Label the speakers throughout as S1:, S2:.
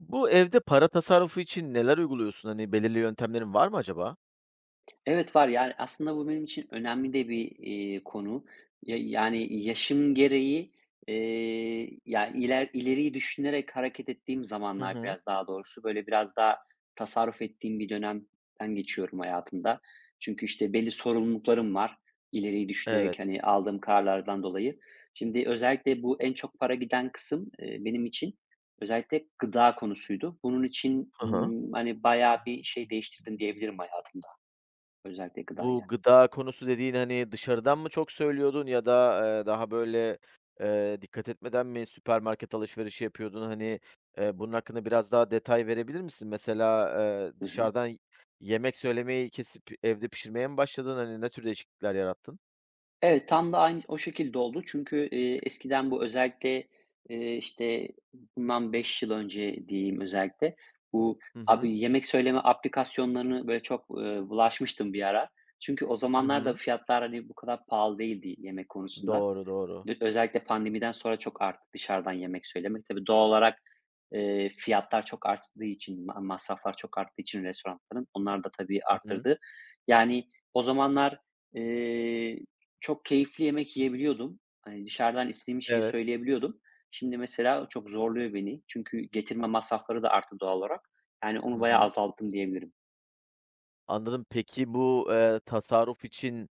S1: Bu evde para tasarrufu için neler uyguluyorsun? Hani, belirli yöntemlerin var mı acaba?
S2: Evet, var. Yani, aslında bu benim için önemli de bir konu. Ya yani, yaşım gereği, ileriyi düşünerek hareket ettiğim
S1: Hı
S2: zamanlar
S1: hı.
S2: biraz daha doğrusu, böyle, biraz daha tasarruf ettiğim bir dönemden geçiyorum hayatımda. Çünkü, işte, belli sorumluluklarım var, ileriyi
S1: Evet.
S2: düşünerek, hani, aldığım kararlardan dolayı. Şimdi özellikle bu en çok para giden kısım, benim için özellikle gıda konusuydu. Bunun için,
S1: Hı hı.
S2: hani, bayağı bir şey değiştirdim diyebilirim hayatımda. Özellikle
S1: Bu
S2: gıdayla.
S1: gıda konusu dediğin, hani, dışarıdan mı çok söylüyordun ya da, daha böyle, dikkat etmeden mi süpermarket alışverişi yapıyordun? Hani, bunun hakkında biraz daha detay verebilir misin? Mesela,
S2: Hı hı.
S1: dışarıdan yemek söylemeyi kesip evde pişirmeye mi başladın? Hani, ne tür değişiklikler yarattın?
S2: Evet, tam da aynı o şekilde oldu. Çünkü, eskiden bu özellikle, işte, bundan 5 yıl önce diyeyim özellikle, bu
S1: Hı hı.
S2: abi yemek söyleme aplikasyonlarını böyle çok, bulaşmıştım bir ara. Çünkü o
S1: Hı
S2: zamanlar da
S1: hı.
S2: fiyatlar, hani, bu kadar pahalı değildi yemek konusunda.
S1: Doğru, doğru.
S2: Özellikle pandemiden sonra çok arttı dışarıdan yemek söylemek. Tabii doğal olarak, fiyatlar çok arttığı için, masraflar çok arttığı için restoranların onlar da tabii
S1: Hı hı.
S2: arttırdı. Yani o zamanlar, eee, çok keyifli yemek yiyebiliyordum. Hani, dışarıdan istediğim şeyi
S1: Evet.
S2: söyleyebiliyordum. Şimdi mesela çok zorluyor beni. Çünkü getirme masrafları da arttı doğal olarak. Yani
S1: Hı
S2: onu bayağı
S1: hı.
S2: azalttım diyebilirim.
S1: Anladım. Peki bu, tasarruf için,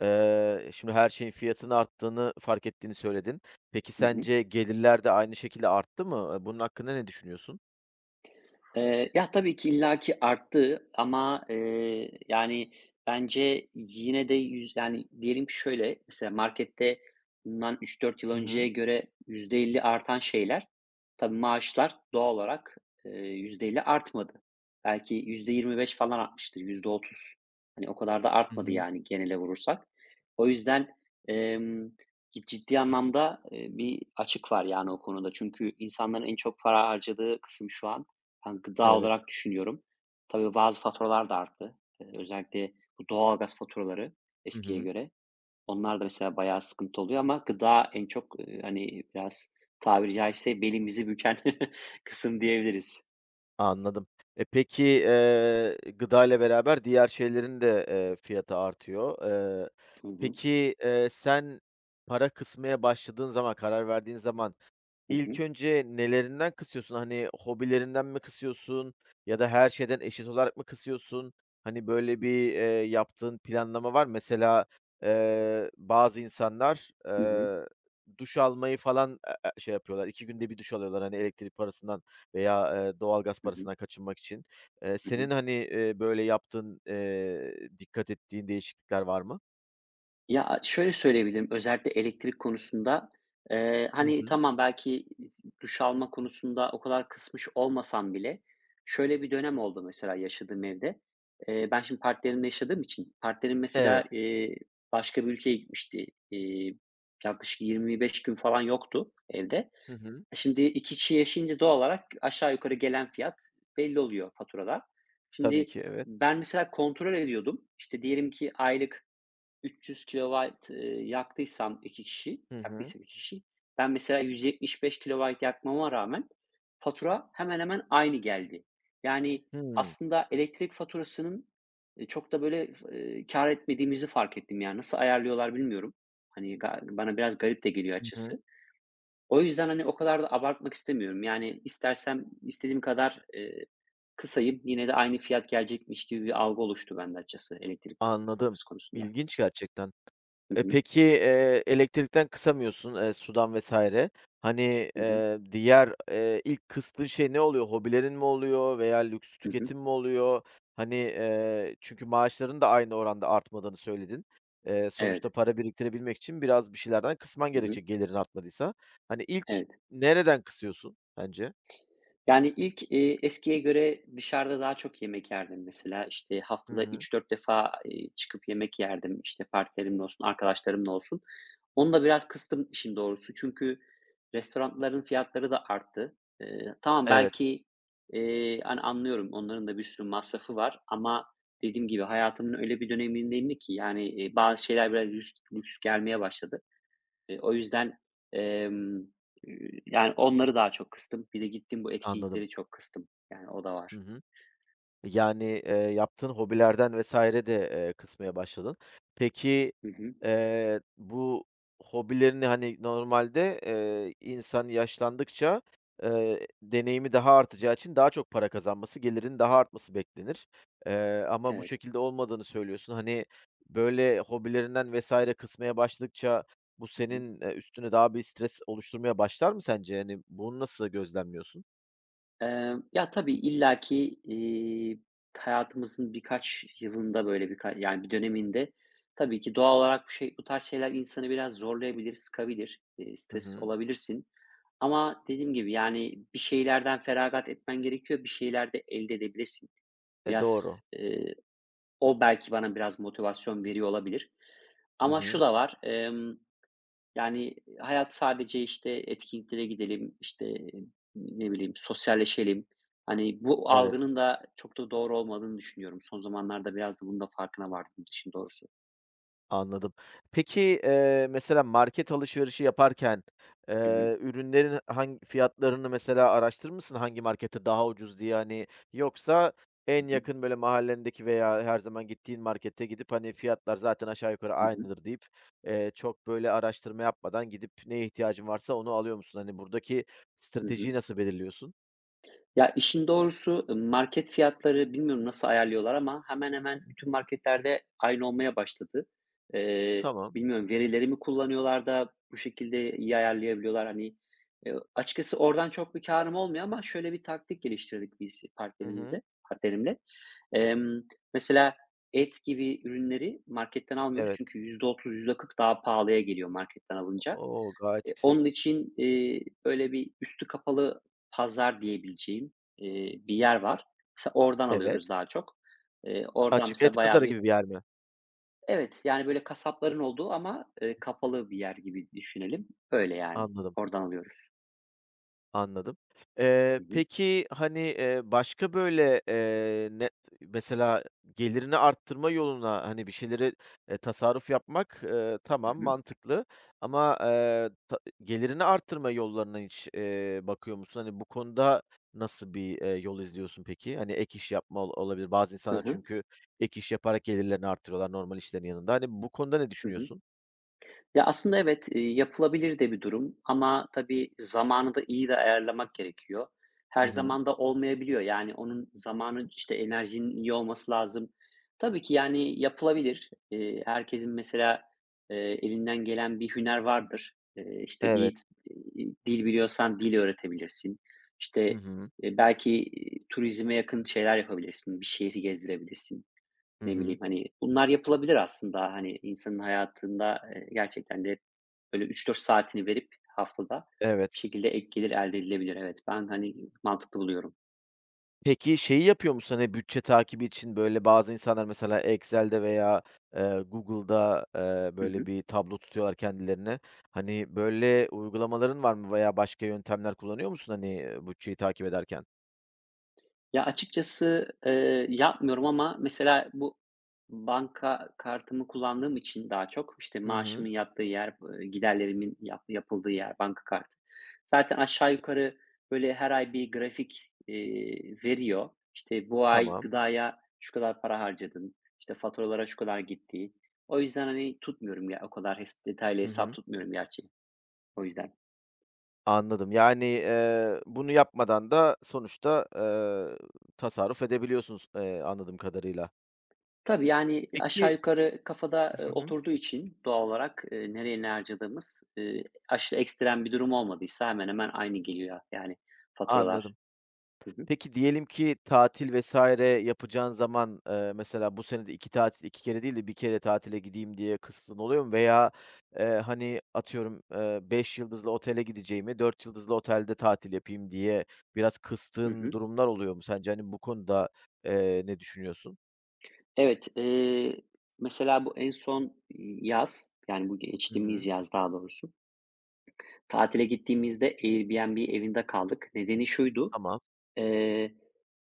S1: şimdi her şeyin fiyatının arttığını fark ettiğini söyledin. Peki
S2: Hı hı.
S1: sence gelirler de aynı şekilde arttı mı? Bunun hakkında ne düşünüyorsun?
S2: Ya, tabii ki illaki arttı ama, yani, bence yine de yani, diyelim ki şöyle, mesela markette bundan 3-4 yıl
S1: Hı hı.
S2: önceye göre %50 artan şeyler, tabii maaşlar doğal olarak, %50 artmadı. Belki %25 falan artmıştır, %30. Hani, o kadar da
S1: Hı
S2: artmadı,
S1: hı.
S2: yani, genele vurursak. O yüzden, emm, ciddi anlamda, bir açık var, yani, o konuda. Çünkü insanların en çok para harcadığı kısım şu an ben gıda
S1: Evet.
S2: olarak düşünüyorum. Tabii bazı faturalar da arttı. Özellikle bu doğalgaz faturaları
S1: Hı
S2: eskiye
S1: hı.
S2: göre. Onlar da mesela bayağı sıkıntı oluyor ama gıda en çok, hani, biraz tabiri caizse belimizi büken kısım diyebiliriz.
S1: Anladım. Peki, gıda ile beraber diğer şeylerin de, fiyatı artıyor. Eee,
S2: Hı hı.
S1: peki, sen para kısmaya başladığın zaman, karar verdiğin zaman
S2: Hı hı.
S1: İlk önce nelerinden kısıyorsun? Hani, hobilerinden mi kısıyorsun ya da her şeyden eşit olarak mı kısıyorsun? Hani, böyle bir, yaptığın planlama var mı? Mesela, bazı insanlar,
S2: Hı hı.
S1: duş almayı falan, şey yapıyorlar, 2 günde 1 duş alıyorlar, hani, elektrik parasından veya, doğalgaz
S2: Hı hı.
S1: parasından kaçınmak için. Eee,
S2: Hı hı.
S1: senin, hani, böyle yaptığın, dikkat ettiğin değişiklikler var mı?
S2: Ya, şöyle söyleyebilirim, özellikle elektrik konusunda,
S1: Hı
S2: hani,
S1: hı.
S2: tamam belki duş alma konusunda o kadar kısmış olmasam bile şöyle bir dönem oldu mesela yaşadığım evde. Ben şimdi partnerimle yaşadığım için partnerim
S1: Evet.
S2: mesela, başka bir ülkeye gitmişti. İii, Yaklaşık 25 gün falan yoktu evde.
S1: Hı hı.
S2: Şimdi 2 kişi yaşayınca doğal olarak aşağı yukarı gelen fiyat belli oluyor faturada.
S1: Tabii
S2: Şimdi
S1: ki, evet.
S2: ben mesela kontrol ediyordum. İşte diyelim ki aylık 300 kilowatt, yaktıysam 2 kişi,
S1: Hı hı.
S2: yaktıysak 2 kişi, ben mesela 175 kilowatt yakmama rağmen fatura hemen hemen aynı geldi. Yani,
S1: Hımm.
S2: aslında elektrik faturasının, çok da böyle f etmediğimizi fark ettim yani. Nasıl ayarlıyorlar bilmiyorum. Hani, bana biraz garip de geliyor
S1: Hı hı.
S2: açısı. O yüzden, hani, o kadar da abartmak istemiyorum. Yani, istersem istediğim kadar, kısayım, yine de aynı fiyat gelecekmiş gibi bir algı oluştu bende açıkçası elektrik
S1: Anladım.
S2: faturası konusunda.
S1: İlginç gerçekten.
S2: Hı
S1: E,
S2: hı.
S1: peki, eee, elektrikten kısamıyorsun, sudan vesaire. Hani,
S2: Hı hı.
S1: diğer, ilk kıstığın şey ne oluyor? Hobilerin mi oluyor veya lüks
S2: Hı hı.
S1: tüketim mi oluyor? Hani, çünkü maaşların da aynı oranda artmadığını söyledin. Sonuçta
S2: Evet.
S1: para biriktirebilmek için biraz bir şeylerden kısman
S2: Hı hı.
S1: gerekecek gelirin artmadıysa. Hani, ilk
S2: Evet.
S1: nereden kısıyorsun bence?
S2: Yani ilk, eskiye göre dışarıda daha çok yemek yerdim mesela. İşte,
S1: Hı
S2: haftada
S1: hı.
S2: 3-4 defa, çıkıp yemek yerdim. İşte, partilerimle olsun, arkadaşlarımla olsun. Onu da biraz kıstım işin doğrusu. Çünkü restoranların fiyatları da arttı. Tamam
S1: Evet,
S2: belki, hani, anlıyorum onların da bir sürü masrafı var ama dediğim gibi hayatımın öyle bir dönemindeyim ki yani, bazı şeyler biraz lüks lüks gelmeye başladı. O yüzden, emm, yani, onları daha çok kıstım. Bir de gittim bu
S1: anladım.
S2: etkinlikleri çok kıstım. Yani, o da
S1: Hı
S2: var.
S1: hı. Yani, yaptığın hobilerden vesaire de, kısmaya başladın. Peki,
S2: Hı hı.
S1: bu hobilerini, hani, normalde, insan yaşlandıkça, deneyimi daha artacağı için daha çok para kazanması, gelirinin daha artması beklenir. Ama bu
S2: Evet.
S1: şekilde olmadığını söylüyorsun. Hani, böyle hobilerinden vs. kısmaya başladıkça bu
S2: Hı hı.
S1: senin, üstüne daha bir stres oluşturmaya başlar mı sence? Yani, bunu nasıl gözlemliyorsun?
S2: Ya, tabii illaki, iii, hayatımızın birkaç yılında, böyle, yani, bir döneminde tabii ki doğal olarak bu şey bu tarz şeyler insanı biraz zorlayabilir, sıkabilir,
S1: Hı
S2: stres
S1: hı.
S2: olabilirsin ama dediğim gibi, yani, bir şeylerden feragat etmen gerekiyor, bir şeyler de elde edebilirsin.
S1: E,
S2: Biraz,
S1: doğru.
S2: eee O belki bana biraz motivasyon veriyor olabilir.
S1: Hı
S2: Ama
S1: hı.
S2: şu da var, yani, hayat sadece, işte, etkinliklere gidelim, işte, ne bileyim, sosyalleşelim. Hani, bu
S1: Evet.
S2: algının da çok da doğru olmadığını düşünüyorum. Son zamanlarda biraz da bunun da farkına vardım için doğrusu.
S1: Anladım. Peki, mesela market alışverişi yaparken,
S2: Hı hı.
S1: ürünlerin hangi fiyatlarını mesela araştırır mısın? Hangi markette daha ucuz diye, hani, yoksa en
S2: Hı hı.
S1: yakın böyle mahallendeki veya her zaman gittiğin markete gidip, hani, fiyatlar zaten aşağı yukarı
S2: Hı hı.
S1: aynıdır deyip, çok böyle araştırma yapmadan gidip neye ihtiyacın varsa onu alıyor musun? Hani, buradaki
S2: Hı hı.
S1: stratejiyi nasıl belirliyorsun?
S2: Ya, işin doğrusu, market fiyatları bilmiyorum nasıl ayarlıyorlar ama hemen hemen bütün marketlerde aynı olmaya başladı.
S1: Tamam.
S2: Bilmiyorum verileri mi kullanıyorlar da bu şekilde iyi ayarlayabiliyorlar? Hani, açıkçası oradan çok bir karım olmuyor ama şöyle bir taktik geliştirdik biz
S1: Hı hı.
S2: partnerimle. Emm, Mesela et gibi ürünleri marketten almıyoruz
S1: Evet.
S2: çünkü %30 %40 daha pahalıya geliyor marketten alınca.
S1: Oo, gayet
S2: Onun
S1: yüksek.
S2: için, böyle bir üstü kapalı pazar diyebileceğim, bir yer var. Mesela oradan
S1: Evet.
S2: alıyoruz daha çok. Oradan
S1: Açık
S2: mesela
S1: et
S2: bayağı
S1: pazarı
S2: bir.
S1: gibi bir yer mi?
S2: Evet, yani, böyle kasapların olduğu ama, kapalı bir yer gibi düşünelim. Öyle yani.
S1: Anladım.
S2: Oradan alıyoruz.
S1: Anladım. Eee,
S2: Hı hı.
S1: peki, hani, başka, böyle, ne mesela gelirini arttırma yoluna, hani, bir şeyleri, tasarruf yapmak,
S2: Hı
S1: tamam,
S2: hı.
S1: mantıklı ama, gelirini arttırma yollarına hiç, bakıyor musun? Hani, bu konuda nasıl bir, yol izliyorsun peki? Hani, ek iş yapma olabilir. Bazı
S2: Hı
S1: insanlar
S2: hı.
S1: çünkü ek iş yaparak gelirlerini arttırıyorlar normal işlerin yanında. Hani, bu konuda ne
S2: Hı hı.
S1: düşünüyorsun?
S2: Ya, aslında evet, yapılabilir de bir durum ama tabii zamanı da iyi de ayarlamak gerekiyor.
S1: Hı
S2: Her
S1: hı.
S2: zaman da olmayabiliyor. Yani onun zamanı, işte, enerjinin iyi olması lazım. Tabii ki, yani, yapılabilir. Herkesin mesela, eee, elinden gelen bir hüner vardır. İşte, bir,
S1: Evet.
S2: dil biliyorsan dil öğretebilirsin.
S1: Hı
S2: İşte,
S1: hı.
S2: belki, turizme yakın şeyler yapabilirsin, bir şehri gezdirebilirsin.
S1: Hı
S2: Ne
S1: hı.
S2: bileyim, hani, bunlar yapılabilir aslında. Hani, insanın hayatında, gerçekten de böyle 3-4 saatini verip haftada bir
S1: Evet.
S2: şekilde ek gelir elde edilebilir. Evet, ben, hani, mantıklı buluyorum.
S1: Peki, şeyi yapıyor musun, hani, bütçe takibi için, böyle, bazı insanlar mesela Excel'de veya, Google'da,
S2: Hı
S1: böyle,
S2: hı.
S1: bir tablo tutuyorlar kendilerine. Hani, böyle uygulamaların var mı veya başka yöntemler kullanıyor musun, hani, bütçeyi takip ederken?
S2: Ya, açıkçası, yapmıyorum ama mesela bu banka kartımı kullandığım için daha çok, işte,
S1: Hı
S2: maaşımın
S1: hı.
S2: yattığı yer, giderlerimin yapıldığı yer banka kartı. Zaten aşağı yukarı, böyle, her ay bir grafik, veriyor. İşte, bu ay
S1: Tamam.
S2: gıdaya şu kadar para harcadın, işte, faturalara şu kadar gitti. O yüzden, hani, tutmuyorum ya, o kadar detaylı
S1: Hı
S2: hesap
S1: hı.
S2: tutmuyorum gerçi, o yüzden.
S1: Anladım. Yani, bunu yapmadan da sonuçta, tasarruf edebiliyorsunuz, anladığım kadarıyla.
S2: Tabii, yani, aşağı
S1: Peki.
S2: yukarı kafada,
S1: Hı hı.
S2: oturduğu için doğal olarak, nereye ne harcadığımız, aşırı ekstrem bir durum olmadıysa hemen hemen aynı geliyor, yani, faturalar.
S1: Anladım.
S2: Hı hı.
S1: Peki diyelim ki tatil vesaire yapacağın zaman, mesela bu sene de 2 tatil 2 kere değil de 1 kere tatile gideyim diye kısıtın oluyor mu? Veya, hani, atıyorum, 5 yıldızlı otele gideceğimi 4 yıldızlı otelde tatil yapayım diye biraz
S2: Hı
S1: kıstığın
S2: hı.
S1: durumlar oluyor mu sence? Hani, bu konuda, ne düşünüyorsun?
S2: Evet, mesela bu en son yaz, yani, bu
S1: Hı
S2: geçtiğimiz
S1: hı.
S2: yaz daha doğrusu, tatile gittiğimizde Airbnb evinde kaldık. Nedeni şuydu,
S1: Tamam.
S2: eee,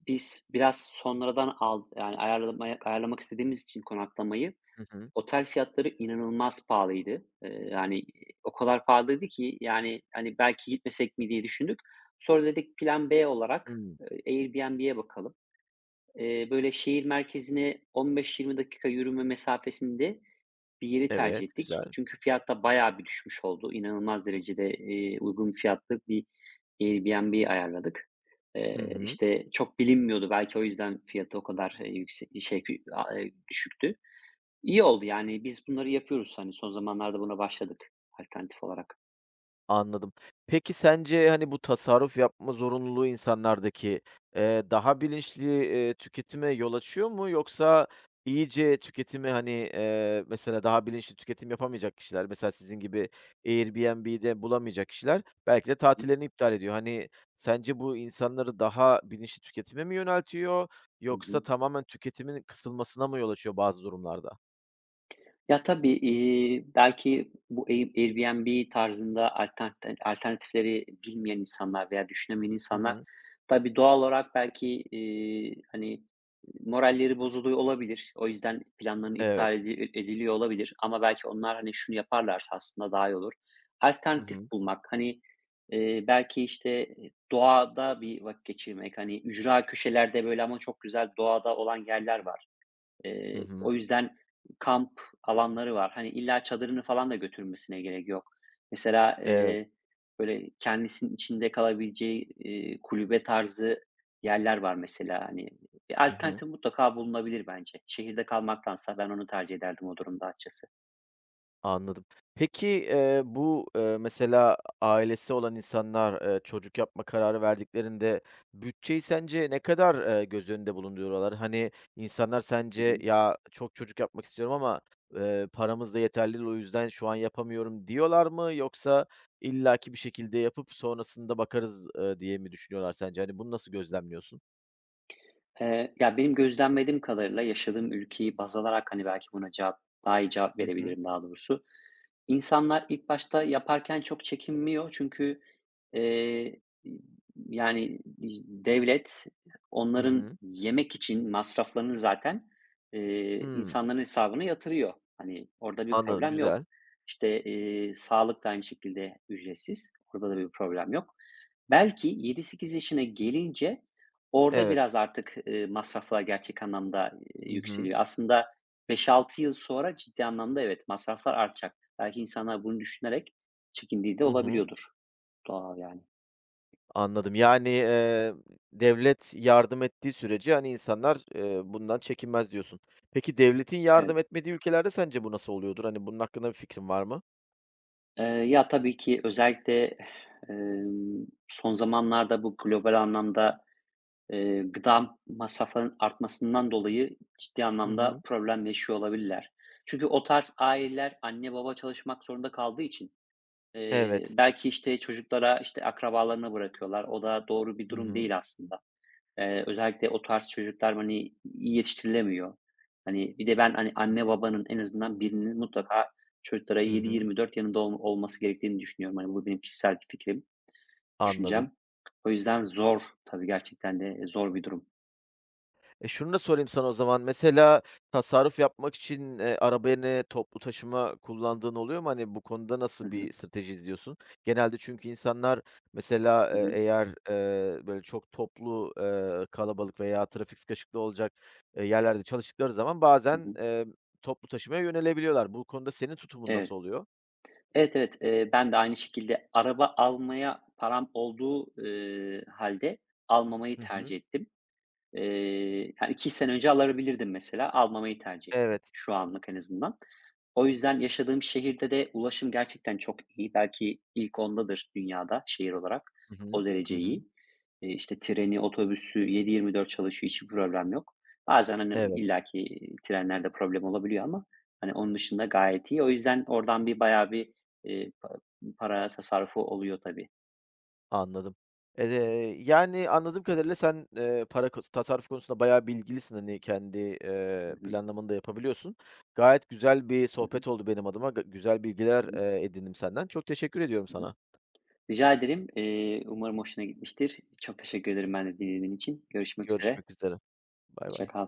S2: biz biraz sonradan yani, ayarlamak istediğimiz için konaklamayı.
S1: Hı hı.
S2: Otel fiyatları inanılmaz pahalıydı. Yani, o kadar pahalıydı ki, yani, hani, belki gitmesek mi diye düşündük. Sonra dedik plan B olarak,
S1: Hımm.
S2: Airbnb'ye bakalım. Böyle şehir merkezine 15-20 dakika yürüme mesafesinde bir yeri
S1: Evet,
S2: tercih ettik.
S1: güzel.
S2: Çünkü fiyat da bayağı bir düşmüş oldu. İnanılmaz derecede, uygun fiyatlı bir Airbnb ayarladık.
S1: Hı hı.
S2: İşte, çok bilinmiyordu belki o yüzden fiyatı o kadar, yüksek şey, aaa, düşüktü. İyi oldu yani. Biz bunları yapıyoruz, hani, son zamanlarda buna başladık alternatif olarak.
S1: Anladım. Peki sence, hani, bu tasarruf yapma zorunluluğu insanlardaki, daha bilinçli, tüketime yol açıyor mu yoksa iyice tüketimi, hani, mesela daha bilinçli tüketim yapamayacak kişiler, mesela sizin gibi Airbnb'de bulamayacak kişiler belki de
S2: Hı hı.
S1: tatillerini iptal ediyor. Hani, sence bu insanları daha bilinçli tüketime mi yöneltiyor
S2: Hı
S1: yoksa
S2: hı.
S1: tamamen tüketimin kısılmasına mı yol açıyor bazı durumlarda?
S2: Ya, tabii, belki bu Airbnb tarzında alternatifleri bilmeyen insanlar veya düşünemeyen
S1: Hı
S2: insanlar,
S1: hı.
S2: tabii, doğal olarak belki, hani, moralleri bozuluyor olabilir. O yüzden planların iptal
S1: Evet.
S2: ediliyor olabilir ama belki onlar, hani, şunu yaparlarsa aslında daha iyi olur.
S1: Hı
S2: Alternatif
S1: hı.
S2: bulmak, hani, belki, işte, doğada bir vakit geçirmek, hani, ücra köşelerde, böyle, ama çok güzel doğada olan yerler var.
S1: Hı hı.
S2: O yüzden kamp alanları var. Hani, illa çadırını falan da götürmesine gerek yok. Mesela,
S1: Evet.
S2: böyle kendisinin içinde kalabileceği, kulübe tarzı yerler var mesela. Hani, bir
S1: Hı hı.
S2: alternatif mutlaka bulunabilir bence. Şehirde kalmaktansa ben onu tercih ederdim o durumda açıkçası.
S1: Anladım. Peki, bu, mesela ailesi olan insanlar, çocuk yapma kararı verdiklerinde bütçeyi sence ne kadar, göz önünde bulunduruyorlar? Hani, insanlar
S2: Hı
S1: sence,
S2: hı.
S1: "Ya, çok çocuk yapmak istiyorum ama, paramız da yeterli değil, o yüzden şu an yapamıyorum." diyorlar mı? Yoksa illaki bir şekilde yapıp sonrasında bakarız, diye mi düşünüyorlar sence? Hani, bunu nasıl gözlemliyorsun?
S2: Ya, benim gözlemlediğim kadarıyla yaşadığım ülkeyi baz alarak, hani, belki buna cevap daha iyi cevap
S1: Hı hı.
S2: verebilirim daha doğrusu. İnsanlar ilk başta yaparken çok çekinmiyor çünkü, eee, yani, devlet
S1: Hı
S2: onların
S1: hı.
S2: yemek için masraflarını zaten,
S1: Hımm.
S2: insanların hesabına yatırıyor. Hani, orada bir
S1: Anladım,
S2: problem yok.
S1: güzel.
S2: İşte, sağlık da aynı şekilde ücretsiz. Orada da bir problem yok. Belki 7-8 yaşına gelince orada
S1: Evet.
S2: biraz artık, masraflar gerçek anlamda,
S1: Hı hı.
S2: yükseliyor. Aslında 5-6 yıl sonra ciddi anlamda evet, masraflar artacak. Belki insanlar bunu düşünerek çekindiği de
S1: Hı hı.
S2: olabiliyordur. Doğal yani.
S1: Anladım. Yani, devlet yardım ettiği sürece, hani, insanlar, bundan çekinmez diyorsun. Peki devletin yardım
S2: Evet.
S1: etmediği ülkelerde sence bu nasıl oluyordur? Hani, bunun hakkında bir fikrin var mı?
S2: Ya, tabii ki özellikle, son zamanlarda bu global anlamda, gıda masraflarının artmasından dolayı ciddi
S1: Hı
S2: anlamda
S1: hı.
S2: problem yaşıyor olabilirler. Çünkü o tarz aileler anne baba çalışmak zorunda kaldığı için,
S1: Evet.
S2: belki, işte, çocuklara, işte, akrabalarına bırakıyorlar. O da doğru bir
S1: Hı
S2: durum
S1: hı.
S2: değil aslında. Özellikle o tarz çocuklar, hani, iyi yetiştirilemiyor. Hani, bir de ben, hani, anne babanın en azından birinin mutlaka çocuklara
S1: Hı hı.
S2: 7/24 yanında olması gerektiğini düşünüyorum. Hani, bu benim kişisel fikrim,
S1: Anladım.
S2: düşüncem. O yüzden zor tabii gerçekten de zor bir durum.
S1: Şunu da sorayım sana o zaman. Mesela tasarruf yapmak için, araba yerine toplu taşıma kullandığın oluyor mu? Hani, bu konuda
S2: Hı
S1: nasıl
S2: hı.
S1: bir strateji izliyorsun? Genelde çünkü insanlar mesela,
S2: Hı hı.
S1: eğer, böyle çok toplu, kalabalık veya trafik sıkışıklığı olacak, yerlerde çalıştıkları zaman
S2: Hı
S1: bazen,
S2: hı.
S1: toplu taşımaya yönelebiliyorlar. Bu konuda senin tutumun
S2: Evet.
S1: nasıl oluyor?
S2: Evet, evet. Ben de aynı şekilde araba almaya param olduğu, hâlde almamayı
S1: Hı hı.
S2: tercih ettim. Yani 2 sene önce alabilirdim mesela, almamayı tercih ettim
S1: Evet.
S2: şu anlık en azından. O yüzden yaşadığım şehirde de ulaşım gerçekten çok iyi. Belki ilk 10'dadır dünyada şehir olarak,
S1: Hı hı.
S2: o
S1: Hı
S2: derece
S1: hı.
S2: iyi. İşte treni, otobüsü 7/24 çalışıyor, hiçbir problem yok. Bazen, hani,
S1: Evet.
S2: illaki trenlerde problem olabiliyor ama, hani, onun dışında gayet iyi. O yüzden oradan bir bayağı bir, eee, pa para tasarrufu oluyor tabii.
S1: Anladım. Yani, anladığım kadarıyla sen, para konusu tasarruf konusunda bayağı bilgilisin. Hani, kendi,
S2: Hı hı.
S1: planlamanı da yapabiliyorsun. Gayet güzel bir
S2: Hı hı.
S1: sohbet oldu benim adıma. Güzel bilgiler,
S2: Hı hı.
S1: edindim senden. Çok teşekkür ediyorum
S2: Hı hı.
S1: sana.
S2: Rica ederim. Umarım hoşuna gitmiştir. Çok teşekkür ederim ben de dinlediğin için. Görüşmek üzere.
S1: Görüşmek üzere. Bay
S2: Hoşça
S1: bay.
S2: kal.